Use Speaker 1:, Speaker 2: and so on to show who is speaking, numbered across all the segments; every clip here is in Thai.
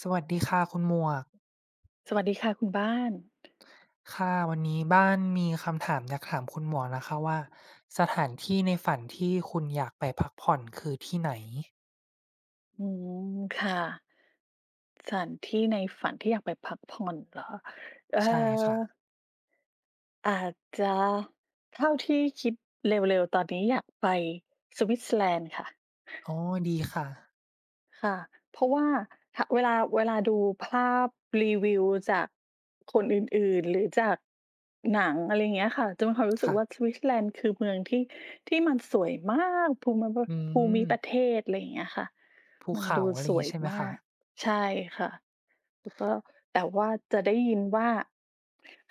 Speaker 1: สวัสดีค่ะคุณหมวก
Speaker 2: สวัสดีค่ะคุณบ้าน
Speaker 1: ค่ะวันนี้บ้านมีคำถามอยากถามคุณหมวกนะคะว่าสถานที่ในฝันที่คุณอยากไปพักผ่อนคือที่ไหน
Speaker 2: อืมค่ะสถานที่ในฝันที่อยากไปพักผ่อนเหรอเอ่อ
Speaker 1: ใช่ค่ะ
Speaker 2: อาจจะเท่าที่คิดเร็วๆตอนนี้อยากไปสวิตเซอร์แลนด์ค่ะ
Speaker 1: อ๋อดีค่ะ
Speaker 2: ค่ะเพราะว่าถาเวลาดูภาพรีวิวจากคนอื่นๆหรือจากหนังอะไรอย่างเงี้ยค่ะจะมีความรู้สึกว่า
Speaker 1: ค่ะ
Speaker 2: สวิตเซอร์แลนด์คือเมืองที่ที่มันสวยมาก
Speaker 1: อื
Speaker 2: ภูมิประเท
Speaker 1: ม
Speaker 2: ศอะไรอย่างเงี้ยค่ะ
Speaker 1: ภู
Speaker 2: มัน
Speaker 1: เขา
Speaker 2: ดู
Speaker 1: อะไร
Speaker 2: สว
Speaker 1: งี้
Speaker 2: ย
Speaker 1: ใช่ไหม
Speaker 2: มา
Speaker 1: คะ
Speaker 2: กใช่ค่ะ แล้วก็แต่ว่าจะได้ยินว่า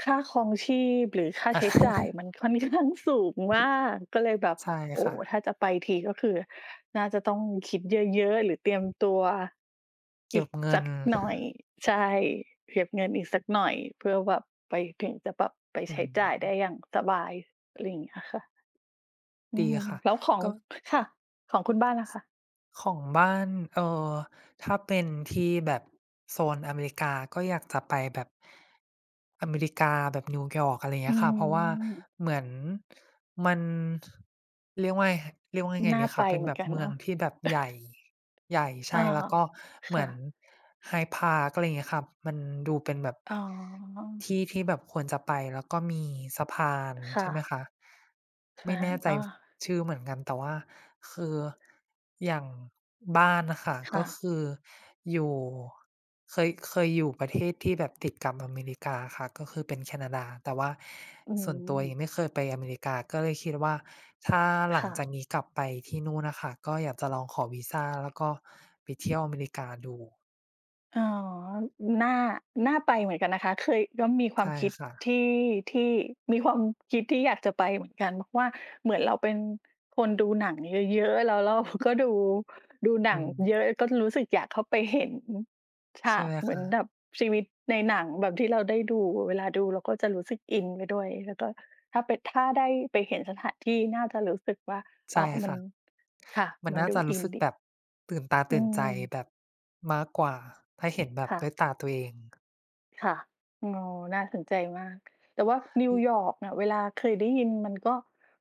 Speaker 2: ค่าครองชีพหรือค่า
Speaker 1: อา
Speaker 2: ใช้จ่าย มันค่อนข้างสูงมากก็เลยแบบ
Speaker 1: ใช่
Speaker 2: โอ้
Speaker 1: ค่ะ
Speaker 2: โฮถ้าจะไปทีก็คือน่าจะต้องคิดเยอะๆหรือเตรียมตัว
Speaker 1: เก็
Speaker 2: อี
Speaker 1: บ
Speaker 2: ก
Speaker 1: เงิ
Speaker 2: สั
Speaker 1: น
Speaker 2: กหน่อยใช่เก็บเงินอีกสักหน่อยเพื่อแบบไปถึงจะแบบไป
Speaker 1: อื
Speaker 2: ใช้จ่ายได้อ
Speaker 1: ม
Speaker 2: ย่างสบายอะไรอย่างเงี้ยค่ะอื
Speaker 1: ดี
Speaker 2: ม
Speaker 1: ค่ะ
Speaker 2: แล้วของ
Speaker 1: ก็
Speaker 2: ค่ะของคุณบ้านล่ะคะ
Speaker 1: ของบ้านเอ่อถ้าเป็นที่แบบโซนอเมริกาก็อยากจะไปแบบอเมริกาแบบนิวยอร์กอะไร
Speaker 2: อื
Speaker 1: เงี้ยค่ะเพราะว่า
Speaker 2: ม
Speaker 1: เหมือนมันเรียกว่าเรียกว่ายังไง
Speaker 2: น่า
Speaker 1: ดี
Speaker 2: ไป
Speaker 1: ค่ะเป็น
Speaker 2: เหมื
Speaker 1: แบ
Speaker 2: อน
Speaker 1: บ
Speaker 2: กัน
Speaker 1: เมือง
Speaker 2: เนาะ
Speaker 1: ที่แบบใหญ่ใหญ่ใช่
Speaker 2: อา
Speaker 1: แล้วก็เหมือ
Speaker 2: ค่ะ
Speaker 1: น Hyde Park อะไรเงี้ยค่ะมันดูเป็นแบบ
Speaker 2: อ๋อ
Speaker 1: ที่ที่แบบควรจะไปแล้วก็มีสะพาน
Speaker 2: ค่ะ
Speaker 1: ใช่ไหมคะ
Speaker 2: แฟ
Speaker 1: ไม่
Speaker 2: น
Speaker 1: แน่ใจ
Speaker 2: อ้อ
Speaker 1: ชื่อเหมือนกันแต่ว่าคืออย่างบ้านน่ะค่ะก็
Speaker 2: ค่ะ
Speaker 1: คืออยู่เคยอยู่ประเทศที่แบบติดกับอเมริกาค่ะก็คือเป็นแคนาดาแต่ว่า
Speaker 2: อื
Speaker 1: ส่วนตัวยังไม่
Speaker 2: ม
Speaker 1: เคยไปอเมริกาก็เลยคิดว่าถ้าหลัง
Speaker 2: ค่ะ
Speaker 1: จากนี้กลับไปที่นู่นน่ะค่ะก็อยากจะลองขอวีซาแล้วก็ไปเที่ยวอเมริกาดู
Speaker 2: อ๋อน่าน่าไปเหมือนกันนะคะเคยก็มีความ
Speaker 1: ใช่
Speaker 2: คิด
Speaker 1: ค่ะ
Speaker 2: ที่ที่มีความคิดที่อยากจะไปเหมือนกันเพราะว่าเหมือนเราเป็นคนดูหนังเยอะๆแล้วเราก็ดูห
Speaker 1: อื
Speaker 2: นัง
Speaker 1: ม
Speaker 2: เยอะก็รู้สึกอยากเข้าไปเห็นฉา
Speaker 1: ใช่
Speaker 2: ก
Speaker 1: ไหม
Speaker 2: เหมือ
Speaker 1: คะ
Speaker 2: นแบบชีวิตในหนังแบบที่เราได้ดูเวลาดูเราก็จะรู้สึกอินไปด้วยแล้วก็ถ้าได้ไปเห็นสถานที่น่าจะรู้สึกว่าอ๋
Speaker 1: ใช่
Speaker 2: อมัน
Speaker 1: ค่ะ
Speaker 2: ค่ะ
Speaker 1: มัน
Speaker 2: มัน
Speaker 1: น่า
Speaker 2: ดู
Speaker 1: จะ
Speaker 2: อิ
Speaker 1: รู้
Speaker 2: น
Speaker 1: สึก
Speaker 2: ดี
Speaker 1: แบบตื่นตา
Speaker 2: อื
Speaker 1: ตื่นใจ
Speaker 2: ม
Speaker 1: แบบมากกว่าถ้าเห็นแบบ
Speaker 2: ค่ะ
Speaker 1: ด้วยตาตัวเอง
Speaker 2: ค่ะอ๋อน่าสนใจมาก แต่ว่านิวย
Speaker 1: อ
Speaker 2: อร์กเนี่ยเวลาเคยได้ยินมันก็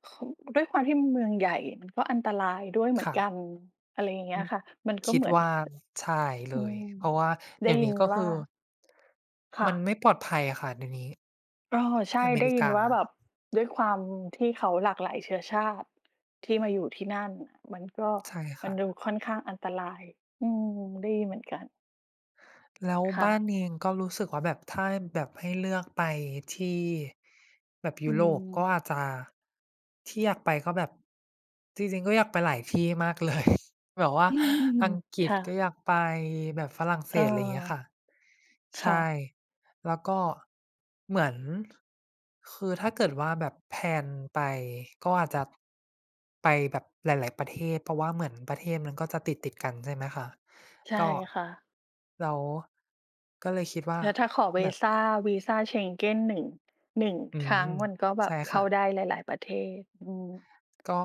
Speaker 2: คด้วยความที่มันเมืองใหญ่มันก็อันตรายด้วยเหมือน
Speaker 1: ค่ะ
Speaker 2: กันอะไรอย่างเงี้
Speaker 1: อื
Speaker 2: ย
Speaker 1: ม
Speaker 2: ค่ะ มันก็
Speaker 1: คิด
Speaker 2: เหมือน
Speaker 1: ว่าใช่เล
Speaker 2: อื
Speaker 1: ย
Speaker 2: ม
Speaker 1: เพราะว่า
Speaker 2: ได้
Speaker 1: เดี๋ยว
Speaker 2: ยิ
Speaker 1: นี้
Speaker 2: น
Speaker 1: ก็คื
Speaker 2: ว่า
Speaker 1: อ
Speaker 2: ค่ะ
Speaker 1: มันไม่ปลอดภัยอะค่ะเดี๋ยวนี้
Speaker 2: เออใช่
Speaker 1: อเม
Speaker 2: ได้
Speaker 1: ริ
Speaker 2: ยิน
Speaker 1: กา
Speaker 2: ว่าแบบด้วยความที่เขาหลากหลายเชื้อชาติที่มาอยู่ที่นั่นน่ะมันก็
Speaker 1: ใช่
Speaker 2: มัน
Speaker 1: ค่ะ
Speaker 2: ดูค่อนข้างอันตรายอืมได้ยินเหมือนกัน
Speaker 1: แล้ว
Speaker 2: ค่ะ
Speaker 1: บ้านเองก็รู้สึกว่าแบบถ้าแบบให้เลือกไปที่แบบ
Speaker 2: อื
Speaker 1: ยุโรป
Speaker 2: ม
Speaker 1: ก็อาจจะที่อยากไปก็แบบจริงๆก็อยากไปหลายที่มากเลย แบบว่าอังก ฤษ
Speaker 2: ค่ะ
Speaker 1: ก็อยากไปแบบฝรั่งเศ
Speaker 2: เออ
Speaker 1: สอะไรอย่างเงี้ยค่ะ
Speaker 2: ค่ะ
Speaker 1: ใช่แล้วก็เหมือนคือถ้าเกิดว่าแบบแพลนไปก็อาจจะไปแบบหลายๆประเทศเพราะว่าเหมือนประเทศมันก็จะติดกันใช่ไหมคะ
Speaker 2: ใช่
Speaker 1: ก็
Speaker 2: ค่ะ
Speaker 1: เราก็เลยคิดว่า
Speaker 2: แล้วถ้าขอ
Speaker 1: แบ
Speaker 2: วี
Speaker 1: บ
Speaker 2: ซ่าวีซา Schengen หนึ่ง
Speaker 1: อื
Speaker 2: ครั้ง
Speaker 1: ม
Speaker 2: มันก็แบ
Speaker 1: ใช่
Speaker 2: บ
Speaker 1: ค่ะ
Speaker 2: เข้าได้หลายๆประเทศอืม
Speaker 1: ก็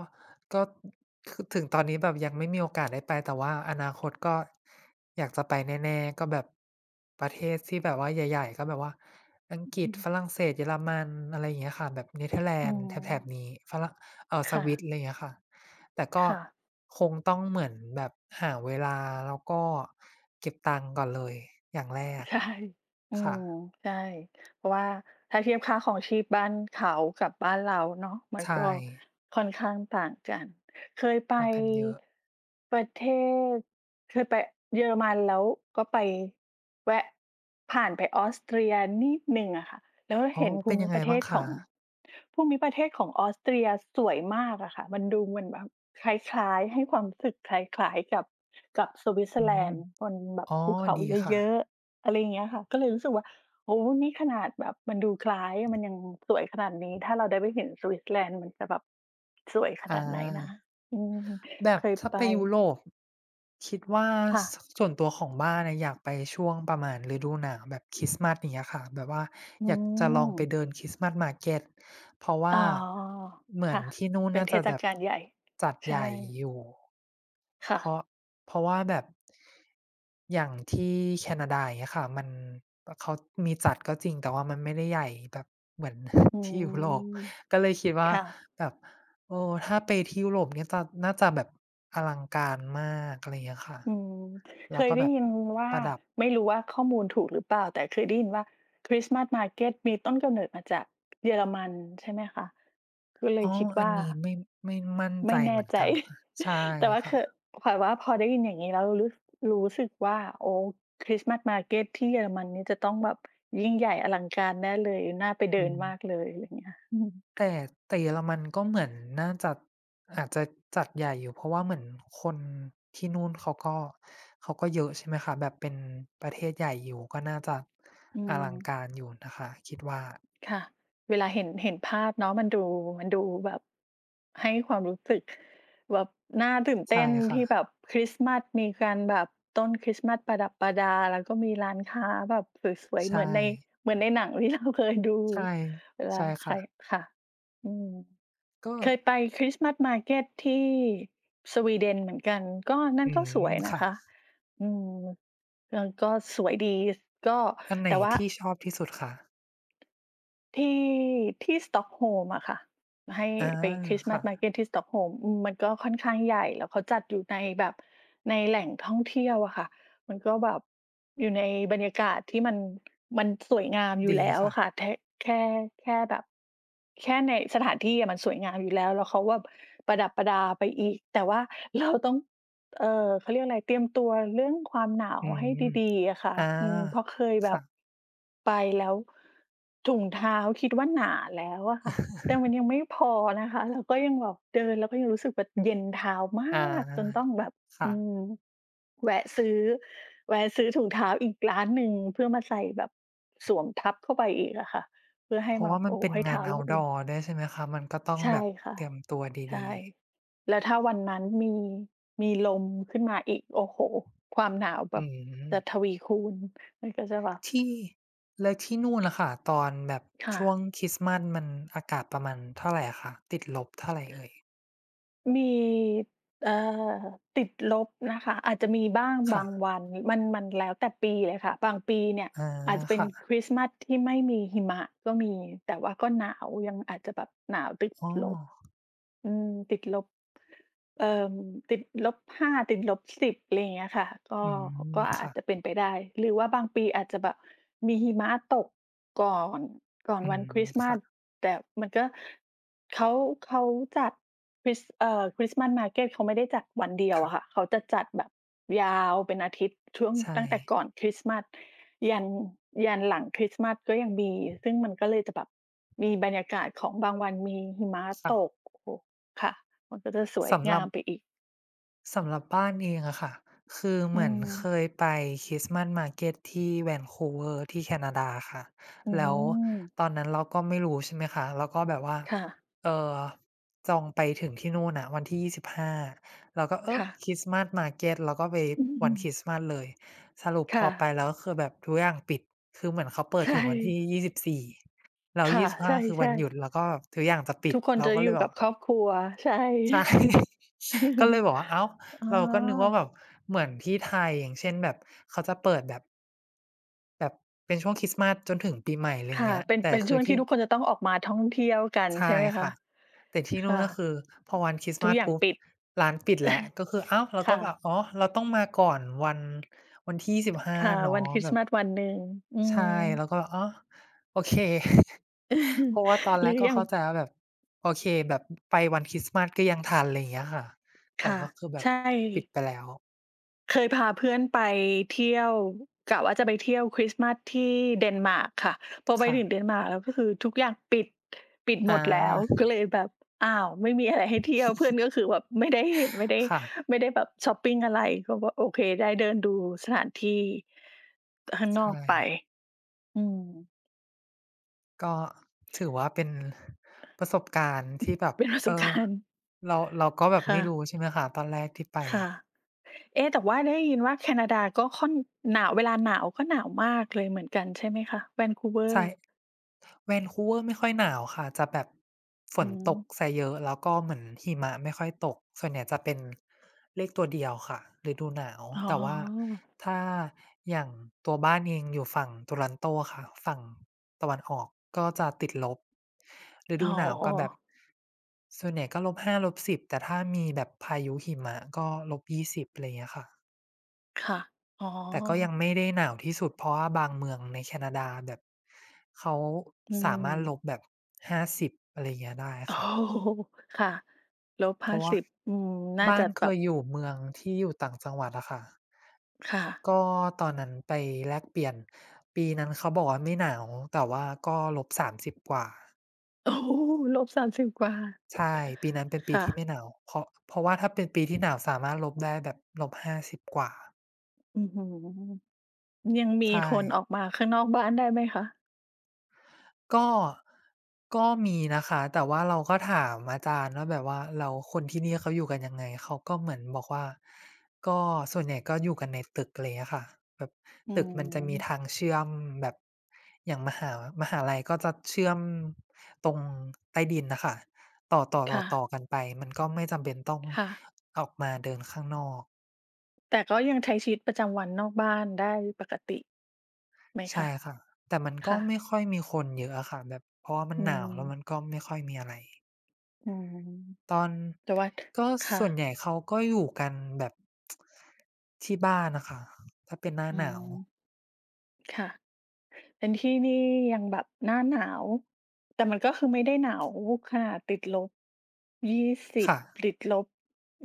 Speaker 1: ก็คือถึงตอนนี้แบบยังไม่มีโอกาสได้ไป แต่ว่าอนาคตก็อยากจะไปแน่ๆก็แบบประเทศที่แบบว่าใหญ่ๆ ก็แบบว่าอัง
Speaker 2: อื
Speaker 1: ก
Speaker 2: อ
Speaker 1: ฤษ
Speaker 2: ฮึ
Speaker 1: ฝรั่งเศสเยอรมันอะไรอย่างเงี้ยค่ะ แบบเนเธอร์แล
Speaker 2: อื
Speaker 1: นด์
Speaker 2: ม
Speaker 1: แถบๆนี้ฝรั่งส
Speaker 2: ค่ะ
Speaker 1: วิตอะไรอย่างเงี้ยค่ะ แต่ก็
Speaker 2: ค่ะ
Speaker 1: คงต้องเหมือนแบบหาเวลาแล้วก็เก็บตังค์ก่อนเลยอย่างแรก
Speaker 2: ใช่อื
Speaker 1: ค่ะ
Speaker 2: มใช่เพราะว่าถ้าเทียบค่าครองชีพบ้านเขากับบ้านเราเนาะมันก็
Speaker 1: ใช่
Speaker 2: ค่อนข้างต่างกันเคยไป
Speaker 1: ต่างกันเยอะ
Speaker 2: ประเทศ เคยไปเยอรมันแล้วก็ไปแวะผ่านไปออสเตรียนิดหนึ่งอะค่ะแล้ว
Speaker 1: อ๋อ
Speaker 2: เห็น
Speaker 1: เป็นยังไงบ้างคะ
Speaker 2: ภูมิประเทศของออสเตรียสวยมากอะค่ะมันดูเหมือนแบบคล้ายๆให้ความรู้สึกคล้ายๆกับกับสวิตเซอ
Speaker 1: อื
Speaker 2: ร์แล
Speaker 1: ม
Speaker 2: นด์บนแบบ
Speaker 1: อ๋อ
Speaker 2: ภูเขา
Speaker 1: ดีค่ะ
Speaker 2: เยอะๆ อะไรอย่างเงี้ยค่ะก็เลยรู้สึกว่าโอ้โนี่ขนาดแบบมันดูคล้ายมันยังสวยขนาดนี้ถ้าเราได้ไปเห็นสวิตเซอร์แลนด์มันจะแบบสวยข
Speaker 1: อา
Speaker 2: นาดไหนนะอืม
Speaker 1: แบบ
Speaker 2: เคย
Speaker 1: ถ้า
Speaker 2: ไป
Speaker 1: ไปยุโรปคิดว่า
Speaker 2: ค่ะ
Speaker 1: สส่วนตัวของบ้านอะอยากไปช่วงประมาณฤดูหนาวแบบคริสต์มาสอย่างเงี้ยค่ะแบบว่า
Speaker 2: อื
Speaker 1: อยากจะลองไปเดิ
Speaker 2: ม
Speaker 1: นคริสต์มาสมาร์เก็ตเพราะ
Speaker 2: อ๋
Speaker 1: ว่า
Speaker 2: อ
Speaker 1: เหมือน
Speaker 2: ค่ะ
Speaker 1: ที่นู่น
Speaker 2: เป็น
Speaker 1: น่า
Speaker 2: เท
Speaker 1: จะ
Speaker 2: ศ
Speaker 1: แบบ
Speaker 2: กาลใหญ่
Speaker 1: จัดให
Speaker 2: ใช่
Speaker 1: ญ่อยู่เพ
Speaker 2: ค่ะ
Speaker 1: ราะเพราะว่าแบบอย่างที่แคนาดาอย่างเงี้ยค่ะมันปเขามีจัดก็จริงแต่ว่ามันไม่ได้ใหญ่แบบเหมือน
Speaker 2: อื
Speaker 1: ที่ยุโรป
Speaker 2: ม
Speaker 1: ก็เลยคิดว่า
Speaker 2: ค่ะ
Speaker 1: แบบ เออถ้าไปที่ยุโรปเนี่ยจะน่าจะแบบอลังการมากอะไรอย่างเงี้ยค่ะ
Speaker 2: อืมเค
Speaker 1: แล้ว
Speaker 2: ย
Speaker 1: ก็
Speaker 2: ได้
Speaker 1: แบบ
Speaker 2: ยินว่า
Speaker 1: ประดับ
Speaker 2: ไม่รู้ว่าข้อมูลถูกหรือเปล่าแต่เคยได้ยินว่าคริสต์มาสมาร์เก็ตมีต้นกำเนิดมาจากเยอรมันใช่ไหมคะก็เล
Speaker 1: อ้
Speaker 2: ย
Speaker 1: อ
Speaker 2: คิด
Speaker 1: อัน
Speaker 2: ว่า
Speaker 1: นี้ไม่มั่นใจ
Speaker 2: ไม่
Speaker 1: เห
Speaker 2: แน่
Speaker 1: มือน
Speaker 2: ใจ
Speaker 1: กันค่ะใช่
Speaker 2: แต่ว่า
Speaker 1: ค่ะ
Speaker 2: คือขวัญว่าพอได้ยินอย่างนี้แล้วรู้สึกว่าโอ้คริสต์มาสมาร์เก็ตที่เยอรมันนี่จะต้องแบบยิ่งใหญ่อลังการแน่เลยน่าไป
Speaker 1: อื
Speaker 2: เดินมาก
Speaker 1: ม
Speaker 2: เลยอะไรอย่างเงี้ยอืม
Speaker 1: แต่แต่เยอรมันก็เหมือนน่าจะอาจจะจัดใหญ่อยู่เพราะว่าเหมือนคนที่นู่นเขาก็เยอะใช่ไหมคะแบบเป็นประเทศใหญ่อยู่ก็น่าจะ
Speaker 2: อื
Speaker 1: อลั
Speaker 2: ม
Speaker 1: งการอยู่นะคะคิดว่า
Speaker 2: ค่ะเวลาเห็นภาพเนาะมันดูแบบให้ความรู้สึกแบบน่าตื่น
Speaker 1: ใช่
Speaker 2: เต้น
Speaker 1: ค่ะ
Speaker 2: ที่แบบคริสต์มาสมีการแบบต้นคริสต์มาสประดับประดาแล้วก็มีร้านค้าแบบสวยๆ
Speaker 1: ใช่
Speaker 2: เหมือนในหนังที่เราเคยดู
Speaker 1: ใช่
Speaker 2: เวลา
Speaker 1: ใช่
Speaker 2: ใคร
Speaker 1: ค่ะ
Speaker 2: ค่ะอืม
Speaker 1: ก็
Speaker 2: เคยไปคริสต์มาสมาร์เก็ตที่สวีเดนเหมือนกันก็นั่
Speaker 1: อื
Speaker 2: นก็สวย
Speaker 1: ม
Speaker 2: นะ
Speaker 1: ค่ะ
Speaker 2: คะอืมเออก็สวยดีก็
Speaker 1: อันไหน
Speaker 2: แต่ว่า
Speaker 1: ที่ชอบที่สุดคะ
Speaker 2: ที่ที่สต็อกโฮล์มอะค่ะให้
Speaker 1: อา
Speaker 2: ไปคริสต์มา
Speaker 1: ค่ะ
Speaker 2: สมาร์เก็ตที่สต็อกโฮล์มอืมมันก็ค่อนข้างใหญ่แล้วเขาจัดอยู่ในแบบในแหล่งท่องเที่ยวอะค่ะมันก็แบบอยู่ในบรรยากาศที่มันสวยงามอยู่
Speaker 1: ดี
Speaker 2: แล้ว
Speaker 1: ค่ะ
Speaker 2: อะค่ะแท้แค่แค่แบบแค่ในสถานที่อะมันสวยงามอยู่แล้วแล้วเขาแบบประดับประดาไปอีกแต่ว่าเราต้อง เอ่อเขาเรียกอะไรเตรียมตัวเรื่องความหนาว
Speaker 1: อื
Speaker 2: ให้
Speaker 1: ม
Speaker 2: ดีๆอะค่ะ
Speaker 1: อา
Speaker 2: อืมเพราะเคยแบบ
Speaker 1: ค่ะ
Speaker 2: ไปแล้วถุงเท้าคิดว่าหนาแล้วอะค่ะแต่มันยังไม่พอนะคะเราก็ยังแบบเดินแล้วก็ยังรู้สึกแบบเย็นเท้า
Speaker 1: อ
Speaker 2: มากจนต้
Speaker 1: า
Speaker 2: องแบบ
Speaker 1: ค่ะ
Speaker 2: อืมแวะซื้อแวะซื้อถุงเท้าอีกร้านหนึ่งเพื่อมาใส่แบบสวมทับเข้าไปอีกอะค่ะเพื่อให้
Speaker 1: เพราะ
Speaker 2: มา
Speaker 1: ว่ามัน
Speaker 2: โอ้
Speaker 1: เป็น
Speaker 2: ให้
Speaker 1: งา
Speaker 2: เท้า
Speaker 1: น
Speaker 2: เราอุ่น
Speaker 1: Outdoor ด้วยใช่ไหมคะ มันก็ต้อง
Speaker 2: ใช่
Speaker 1: แบบ
Speaker 2: ค่ะ
Speaker 1: เตรียมตัวด
Speaker 2: ใช่
Speaker 1: ีๆ
Speaker 2: แล้วถ้าวันนั้นมีมีลมขึ้นมาอีกโอ้โฮความหนาวแบ
Speaker 1: อื
Speaker 2: บจะท
Speaker 1: ม
Speaker 2: วีคูณมันก็จะแบบ
Speaker 1: ที่แล้วที่นู่นล่ะค่ะตอนแบบ
Speaker 2: ค่ะ
Speaker 1: ช่วงคริสต์มาสมันอากาศประมาณเท่าไรอะคะติดลบเท่าไรเอ่ย
Speaker 2: มีเอ่อติดลบนะคะอาจจะมีบ้าง
Speaker 1: ค่ะ
Speaker 2: บางวันมันแล้วแต่ปีเลยค่ะบางปีเนี่ย
Speaker 1: อา
Speaker 2: อาจจะเป็นค
Speaker 1: ค่ะ
Speaker 2: ริสต์มาสที่ไม่มีหิมะก็มีแต่ว่าก็หนาวยังอาจจะแบบหนาวติด
Speaker 1: อ๋
Speaker 2: ลบ
Speaker 1: อ
Speaker 2: อืมติดลบเอ่อติดลบห้าติดลบสิบอะไรอย่างเงี้ยค่ะก็
Speaker 1: อืม
Speaker 2: ก็อา
Speaker 1: ค่ะ
Speaker 2: จจะเป็นไปได้หรือว่าบางปีอาจจะแบบมีหิมะตกก่อนก่อน
Speaker 1: อื
Speaker 2: วัน
Speaker 1: ม
Speaker 2: คริสต์มาส
Speaker 1: ค่ะ
Speaker 2: แต่มันก็เขาเขาจัด คริสต์มาสมาร์เกตเขาไม่ได้จัดวันเดียวอะค่ะ
Speaker 1: ค่ะ
Speaker 2: เขาจะจัดแบบยาวเป็นอาทิตย์ช่วง
Speaker 1: ใช่
Speaker 2: ตั้งแต่ก่อนคริสต์มาสยันยันหลังคริสต์มาสก็ยังมีซึ่งมันก็เลยจะแบบมีบรรยากาศของบางวันมีหิมะต
Speaker 1: ค่ะ
Speaker 2: กโอ้โฮค่ะมันก็จะสวย
Speaker 1: สำหรั
Speaker 2: งา
Speaker 1: บ
Speaker 2: มไปอีก
Speaker 1: สำหรับบ้านเองอะค่ะคือ
Speaker 2: อื
Speaker 1: เหมือนเคย
Speaker 2: ม
Speaker 1: ไปคริสต์มาสมาร์เก็ตที่แว a คูเวอ e r ที่แคนาดาค่ะ
Speaker 2: อื
Speaker 1: แล้ว
Speaker 2: ม
Speaker 1: ตอนนั้นเราก็ไม่รู้ใช่ไหมคะเราก็แบบว่า
Speaker 2: ค่ะ
Speaker 1: เออจองไปถึงที่นู่นอะวันที่25เราแล้วก็เออ
Speaker 2: ค่ะ
Speaker 1: คริสต์มาสมาร์เก็ตเราก็ไป
Speaker 2: อื
Speaker 1: วัน
Speaker 2: ม
Speaker 1: คริสต์มาสเลยสรุปพอ
Speaker 2: ค่ะ
Speaker 1: ไปแล้วก็คือแบบทุกอย่างปิดคือเหมือนเขาเปิดถึ
Speaker 2: ใช่
Speaker 1: งวันที่ยี4แล้ว
Speaker 2: ค่ะ
Speaker 1: ยี่สิบห้าคือวั
Speaker 2: ใช่
Speaker 1: นหยุด
Speaker 2: ๆ
Speaker 1: แล้วก็ทุกอย่างจะปิด
Speaker 2: ทุกคน
Speaker 1: เรา
Speaker 2: จะ
Speaker 1: ก็
Speaker 2: อ
Speaker 1: เลย
Speaker 2: ยู่
Speaker 1: บอ
Speaker 2: กั
Speaker 1: ก
Speaker 2: บครอบครัวใช่
Speaker 1: ใช่ ก็เลย บอกว่าอ้าว
Speaker 2: อ
Speaker 1: เราก็นึกว่า
Speaker 2: า
Speaker 1: แบบเหมือนที่ไทยอย่างเช่นแบบเขาจะเปิดแบบแบบเป็นช่วงคริสต์มาสจนถึงปีใหม่อะไรอย่าง
Speaker 2: ค่ะ
Speaker 1: เงี้ย
Speaker 2: เป็น
Speaker 1: แต่
Speaker 2: เป็น
Speaker 1: คื
Speaker 2: ช่
Speaker 1: อ
Speaker 2: วงที่
Speaker 1: ที่
Speaker 2: ทุกคนจะต้องออกมาท่องเที่ยวกัน
Speaker 1: ใช่
Speaker 2: ใช่ไหมคะ
Speaker 1: ค่ะแต่ที่นู่น
Speaker 2: ค่ะ
Speaker 1: ก็คือพอวันคริสต์
Speaker 2: ทุ
Speaker 1: มา
Speaker 2: ก
Speaker 1: ส
Speaker 2: อย่าง
Speaker 1: ปุ๊บ
Speaker 2: ปิด
Speaker 1: ร้านปิดแล้วก็คืออ้าวเรา ก็
Speaker 2: ค่ะ
Speaker 1: แบบอ๋อเราต้องมาก่อนวันวันที่ยี่สิบห้5
Speaker 2: ค่ะ
Speaker 1: เนาะ
Speaker 2: วันคริ
Speaker 1: แบ
Speaker 2: สต์
Speaker 1: บ
Speaker 2: มาสวันหนึ่งอื
Speaker 1: ใช่
Speaker 2: ม
Speaker 1: เราก็แบบอ๋อโอเค เพราะว่าตอน
Speaker 2: ห
Speaker 1: แร
Speaker 2: รื
Speaker 1: ก
Speaker 2: อ
Speaker 1: ก็
Speaker 2: อย่าง
Speaker 1: เข้าใจว่าแบบโอเคแบบไปวันคริสต์มาสก็ยังทันอะไรอย่างเงี้ยค่ะแต่
Speaker 2: ค่ะ
Speaker 1: ก็คือแบบ
Speaker 2: ใช่
Speaker 1: ปิดไปแล้ว
Speaker 2: เคยพาเพื่อนไปเที่ยวกะว่าจะไปเที่ยวคริสต์มาสที่เดนมาร์กค่ะพอไปถึงเด
Speaker 1: ค่ะ
Speaker 2: นมาร์กแล้วก็คือทุกอย่างปิดปิดห
Speaker 1: อ
Speaker 2: มดแล้ว
Speaker 1: า
Speaker 2: ก็เลยแบบอ้าวไม่มีอะไรให้เที่ยวเพื่อนก็คือแบบไม่ได้เห็น
Speaker 1: ค่ะ
Speaker 2: ไม่ได้แบบชอปปิงอะไรก็ว่าโอเคได้เดินดูสถานที่ข้างนอก
Speaker 1: ใช่
Speaker 2: ไปอืม
Speaker 1: ก็ถือว่าเป็นประสบการณ์ที่แบบ
Speaker 2: เป็นประส
Speaker 1: เอ
Speaker 2: บ
Speaker 1: อ
Speaker 2: การณ์
Speaker 1: เราก็แบบไม่
Speaker 2: ค่ะ
Speaker 1: รู้ใช่ไหมคะตอนแรกที่ไป
Speaker 2: ค่ะเอ๊ะแต่ว่าได้ยินว่าแคนาดาก็ค่อนหนาวเวลาหนาวก็หนาวมากเลยเหมือนกันใช่ไหมคะแวนคูเวอ
Speaker 1: ใช่
Speaker 2: ร์
Speaker 1: แวนคูเวอร์ไม่ค่อยหนาวค่ะจะแบบฝน
Speaker 2: อื
Speaker 1: ต
Speaker 2: ม
Speaker 1: กเสียเยอะแล้วก็เหมือนหิมะไม่ค่อยตกส่วนใหญ่จะเป็นเลขตัวเดียวค่ะฤดูหนาว
Speaker 2: อ๋อ
Speaker 1: แต่ว่าถ้าอย่างตัวบ้านเองอยู่ฝั่ง Toronto ค่ะฝั่งตะวันออกก็จะติดลบฤ
Speaker 2: อ๋
Speaker 1: ดู
Speaker 2: อ
Speaker 1: หนาวก็แบบส่วนใหญ่ก็ลบ -5 -10 แต่ถ้ามีแบบพายุหิมะก็ -20 อะไรอย่างเงี้ยค่ะ
Speaker 2: ค่ะอ๋อ
Speaker 1: แต่ก็ยังไม่ได้หนาวที่สุดเพราะว่าบางเมืองในแคนาดาแบบเขา
Speaker 2: อื
Speaker 1: สามา
Speaker 2: ม
Speaker 1: รถล บแบบ50อะไรอย่างเงี้ยได้
Speaker 2: โอ้
Speaker 1: ค่ะ
Speaker 2: โฮค่ะ
Speaker 1: เพราะว่า
Speaker 2: -50 อืมน่า
Speaker 1: บ้า
Speaker 2: จะ
Speaker 1: นเค
Speaker 2: แบบ
Speaker 1: ยอยู่เมืองที่อยู่ต่างจังหวัดอะค่ะ
Speaker 2: ค่ะ
Speaker 1: ก็ตอนนั้นไปแลกเปลี่ยนปีนั้นเขาบอกว่าไม่หนาวแต่ว่าก็-30 กว่า
Speaker 2: โอ้โฮ3บสามสิบกว่า
Speaker 1: ใช่ปีนั้นเป็นปี
Speaker 2: ค่ะ
Speaker 1: ที่ไม่หนาวเพราะว่าถ้าเป็นปีที่หนาวสามารถลบได้แบบ-50 กว่า
Speaker 2: อื้อฮือยังมี
Speaker 1: ใช่
Speaker 2: คนออกมาข้างนอกบ้านได้ไหมคะ
Speaker 1: ก็ก็มีนะคะแต่ว่าเราก็ถามอาจารย์ว่าแบบว่าแล้วคนที่นี่เขาอยู่กันยังไงเขาก็เหมือนบอกว่าก็ส่วนใหญ่ก็อยู่กันในตึกอะไรเงี้ยค่ะแบบ
Speaker 2: อื
Speaker 1: ตึกมันจะมีทาง
Speaker 2: ม
Speaker 1: เชื่อมแบบอย่างมหาลัยก็จะเชื่อมตรงใต้ดินน่ะค่ะต่
Speaker 2: ค่ะ
Speaker 1: อๆๆๆกันไปมันก็ไม่จำเป็นต้อง
Speaker 2: ค่ะ
Speaker 1: ออกมาเดินข้างนอก
Speaker 2: แต่ก็ยังใช้ชีวิตประจำวันนอกบ้านได้ปกติไหมคะ
Speaker 1: ใช่ค่ะแต่มันก็
Speaker 2: ค่ะ
Speaker 1: ไม่ค่อยมีคนเยอะอะค่ะแบบเพราะว่ามัน
Speaker 2: อื
Speaker 1: หนาว
Speaker 2: ม
Speaker 1: แล้วมันก็ไม่ค่อยมีอะไร
Speaker 2: อืม
Speaker 1: ตอน
Speaker 2: แต่ว่า
Speaker 1: ก็
Speaker 2: ค่ะ
Speaker 1: ส่วนใหญ่เขาก็อยู่กันแบบที่บ้านนะค่ะถ้าเป็นหน้า
Speaker 2: อื
Speaker 1: หนาว
Speaker 2: มค่ะ เป็นที่นี่ยังแบบหน้าหนาวแต่มันก็คือไม่ได้หนาวขนาดติดลบ20
Speaker 1: ค่ะ
Speaker 2: ติดลบ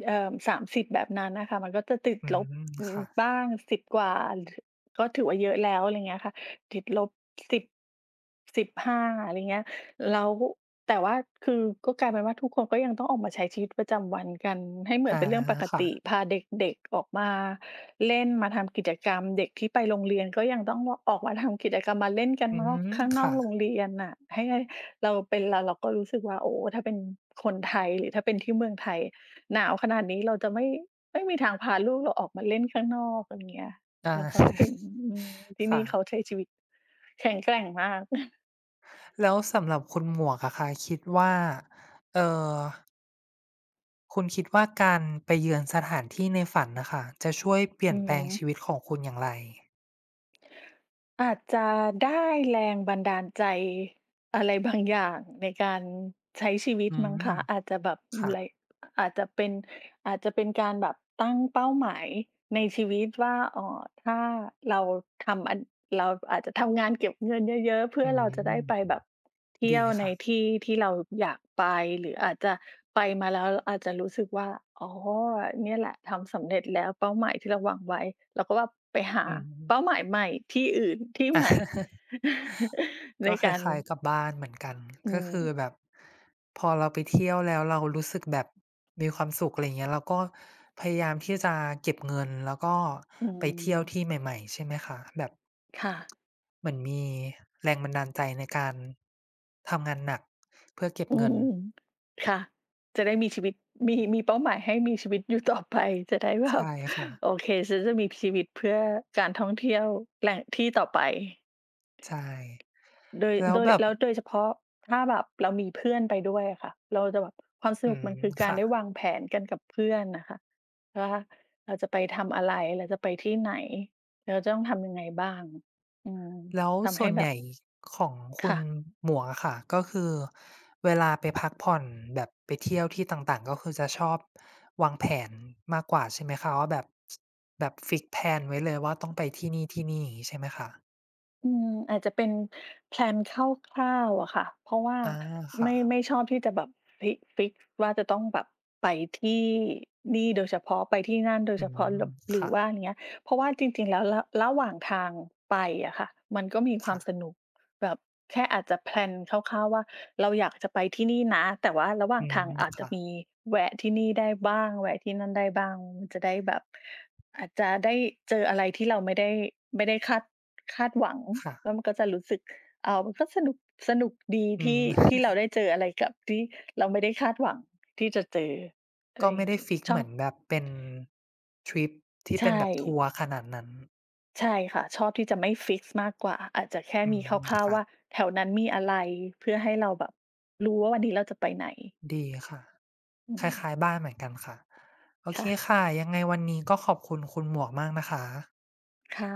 Speaker 2: 30แบบนั้นน่ะค่ะมันก็จะติด
Speaker 1: อื
Speaker 2: ลบ
Speaker 1: ม
Speaker 2: อืม
Speaker 1: ค่ะ
Speaker 2: บ้าง10กว่าถก็ถือว่าเยอะแล้วอะไรเงี้ยค่ะติดลบ10 15อะไรเงี้ยแล้วแต่ว่าคือก็กลายเป็นว่าทุกคนก็ยังต้องออกมาใช้ชีวิตประจำวันกันให้เหมือน
Speaker 1: อา
Speaker 2: เป็นเรื่องปกติ
Speaker 1: ค่ะ
Speaker 2: พาเด็กๆออกมา เล่นมาทำกิจกรรมเด็กที่ไปโรงเรียนก็ยังต้องออกมาทำกิจกรรมมาเล่นกัน
Speaker 1: อื
Speaker 2: นอก
Speaker 1: ม
Speaker 2: ข้างนอกโรง
Speaker 1: ค่ะ
Speaker 2: เรียนน่ะให้เราเป็นเราก็รู้สึกว่าโอ้ถ้าเป็นคนไทยหรือถ้าเป็นที่เมืองไทยหนาวขนาดนี้เราจะไม่ไม่มีทางพาลูกเราออกมาเล่นข้างนอกอะไรอย่างเงี้ย
Speaker 1: อา
Speaker 2: เราก็เห็น อืมที่
Speaker 1: ค่ะ
Speaker 2: นี่เขาใช้ชีวิตแข็งแกร่งมาก
Speaker 1: แล้วสำหรับคุณหมวกอะค่ะคิดว่าเอ่อคุณคิดว่าการไปเยือนสถานที่ในฝันน่ะค่ะจะช่วยเปลี่
Speaker 2: อื
Speaker 1: ย
Speaker 2: อ
Speaker 1: นแปลงชีวิตของคุณอย่างไร
Speaker 2: อาจจะได้แรงบันดาลใจอะไรบางอย่างในการใช้ชีวิต
Speaker 1: อื
Speaker 2: มั้ง
Speaker 1: ม
Speaker 2: คะอาจจะแบบไร
Speaker 1: ค่ะ
Speaker 2: อาจจะเป็น อาจจะเป็นการแบบตั้งเป้าหมายในชีวิตว่าอ๋อถ้าเราทำอันเราอาจจะทำงานเก็บเงินเยอะๆเพื่
Speaker 1: อื
Speaker 2: อเราจะได้ไป
Speaker 1: ม
Speaker 2: แบบเที่
Speaker 1: ดี
Speaker 2: ยวใน
Speaker 1: ค่ะ
Speaker 2: ที่ที่เราอยากไปหรืออาจจะไปมาแล้วอาจจะรู้สึกว่าอ๋อเนี่ยแหละทำสำเร็จแล้วเป้าหมายที่เราวางไว้เราก็ว่าไปหา
Speaker 1: อืม
Speaker 2: เป้าหมายใหม่ที่อื่นที่ใหม่ ใน
Speaker 1: ก็ค
Speaker 2: การ
Speaker 1: ล้ายๆกับบ้านเหมือนกัน
Speaker 2: อื
Speaker 1: ก็
Speaker 2: ม
Speaker 1: คือแบบพอเราไปเที่ยวแล้วเรารู้สึกแบบมีความสุขอะไราเงี้ยเราก็พยายามที่จะเก็บเงินแล้วก็
Speaker 2: อื
Speaker 1: ไปเที่ยวที่
Speaker 2: ม
Speaker 1: ใหม่ๆใช่ไหมคะแบบ
Speaker 2: ค่ะ
Speaker 1: เหมือนมีแรงบันดาลใจในการทำงานหนักเพื่อเก็บ
Speaker 2: อื
Speaker 1: เงิน
Speaker 2: มค่ะจะได้มีชีวิตมีเป้าหมายให้มีชีวิตอยู่ต่อไปจะได้แบ
Speaker 1: ใช่
Speaker 2: บ
Speaker 1: ค่ะ
Speaker 2: โอเคฉันจะมีชีวิตเพื่อการท่องเที่ยวแหล่งที่ต่อไป
Speaker 1: ใช่
Speaker 2: โดย
Speaker 1: แล้ว
Speaker 2: โดย
Speaker 1: แบบ
Speaker 2: แล้วโดยเฉพาะถ้าแบบเรามีเพื่อนไปด้วยอะค่ะเราจะแบบความส
Speaker 1: อื
Speaker 2: นุก
Speaker 1: ม
Speaker 2: มันคือการ
Speaker 1: ค่ะ
Speaker 2: ได้วางแผนกันกับเพื่อนน่ะค่ะว่าเราจะไปทำอะไรเราจะไปที่ไหนเราจะต้องทำยังไงบ้างอืม
Speaker 1: แล้ว
Speaker 2: ทำ
Speaker 1: ส่
Speaker 2: ให้
Speaker 1: วน
Speaker 2: แบ
Speaker 1: ให
Speaker 2: บ
Speaker 1: ญ่ของคุณ
Speaker 2: ค่ะ
Speaker 1: หมวกอะค่ะก็คือเวลาไปพักผ่อนแบบไปเที่ยวที่ต่างๆก็คือจะชอบวางแผนมากกว่าใช่ไหมคะว่าแบบแบบฟิกซ์แพลนไว้เลยว่าต้องไปที่นี่ๆอย่างงี้ใช่ไหมคะ
Speaker 2: อืมอาจจะเป็นแพลนคร่าวๆอะค่ะเพราะว่า
Speaker 1: อาค่ะ
Speaker 2: ไม่ชอบที่จะแบบฟิกซ์ว่าจะต้องแบบไปที่นี่โดยเฉพาะไปที่นั่นโดย
Speaker 1: อื
Speaker 2: เฉพาะ
Speaker 1: ม
Speaker 2: หรบหรือ
Speaker 1: ค่ะ
Speaker 2: ว่าอย่างเงี้ยเพราะว่าจริงๆแล้วระหว่างทางไปอะค่ะมันก็มีความส
Speaker 1: ค่ะ
Speaker 2: นุกแบบแค่อาจจะแพลนคร่าวๆว่าเราอยากจะไปที่นี่นะแต่ว่าระหว่า
Speaker 1: อื
Speaker 2: งทาง
Speaker 1: ม
Speaker 2: อาจจะ
Speaker 1: ค่ะ
Speaker 2: มีแวะที่นี่ได้บ้างแวะที่นั่นได้บ้างมันจะได้แบบอาจจะได้เจออะไรที่เราไม่ได้ไม่ได้คาด คาดหวัง
Speaker 1: ค่ะ
Speaker 2: แล้วมันก็จะรู้สึกมันก็สนุกสนุกดี
Speaker 1: อืม
Speaker 2: ที่เราได้เจออะไรกับที่เราไม่ได้คาดหวังที่จะเจออะไร
Speaker 1: ก็
Speaker 2: อ
Speaker 1: ไม่
Speaker 2: ย่าง
Speaker 1: ได้
Speaker 2: งี้
Speaker 1: ฟิกซ์
Speaker 2: ช
Speaker 1: เห
Speaker 2: อ
Speaker 1: มื
Speaker 2: บ
Speaker 1: อนแบบเป็นทริปที่
Speaker 2: ใช่
Speaker 1: เป็นแบบทัวร์ขนาดนั้น
Speaker 2: ใช่ค่ะชอบที่จะไม่ฟิกซ์มากกว่าอาจจะแค่
Speaker 1: อื
Speaker 2: มีคร
Speaker 1: ม
Speaker 2: ่าวๆ
Speaker 1: ค่ะ
Speaker 2: ว่าแถวนั้นมีอะไรเพื่อให้เราแบบรู้ว่าวันนี้เราจะไปไหน
Speaker 1: ดีค่ะ
Speaker 2: อื
Speaker 1: ค
Speaker 2: ม
Speaker 1: ล้ายๆบ้านเหมือนกันค่ะโอเค
Speaker 2: ค่ะ
Speaker 1: ค่ะยังไงวันนี้ก็ขอบคุณคุณหมวกมากนะคะ
Speaker 2: ค่ะ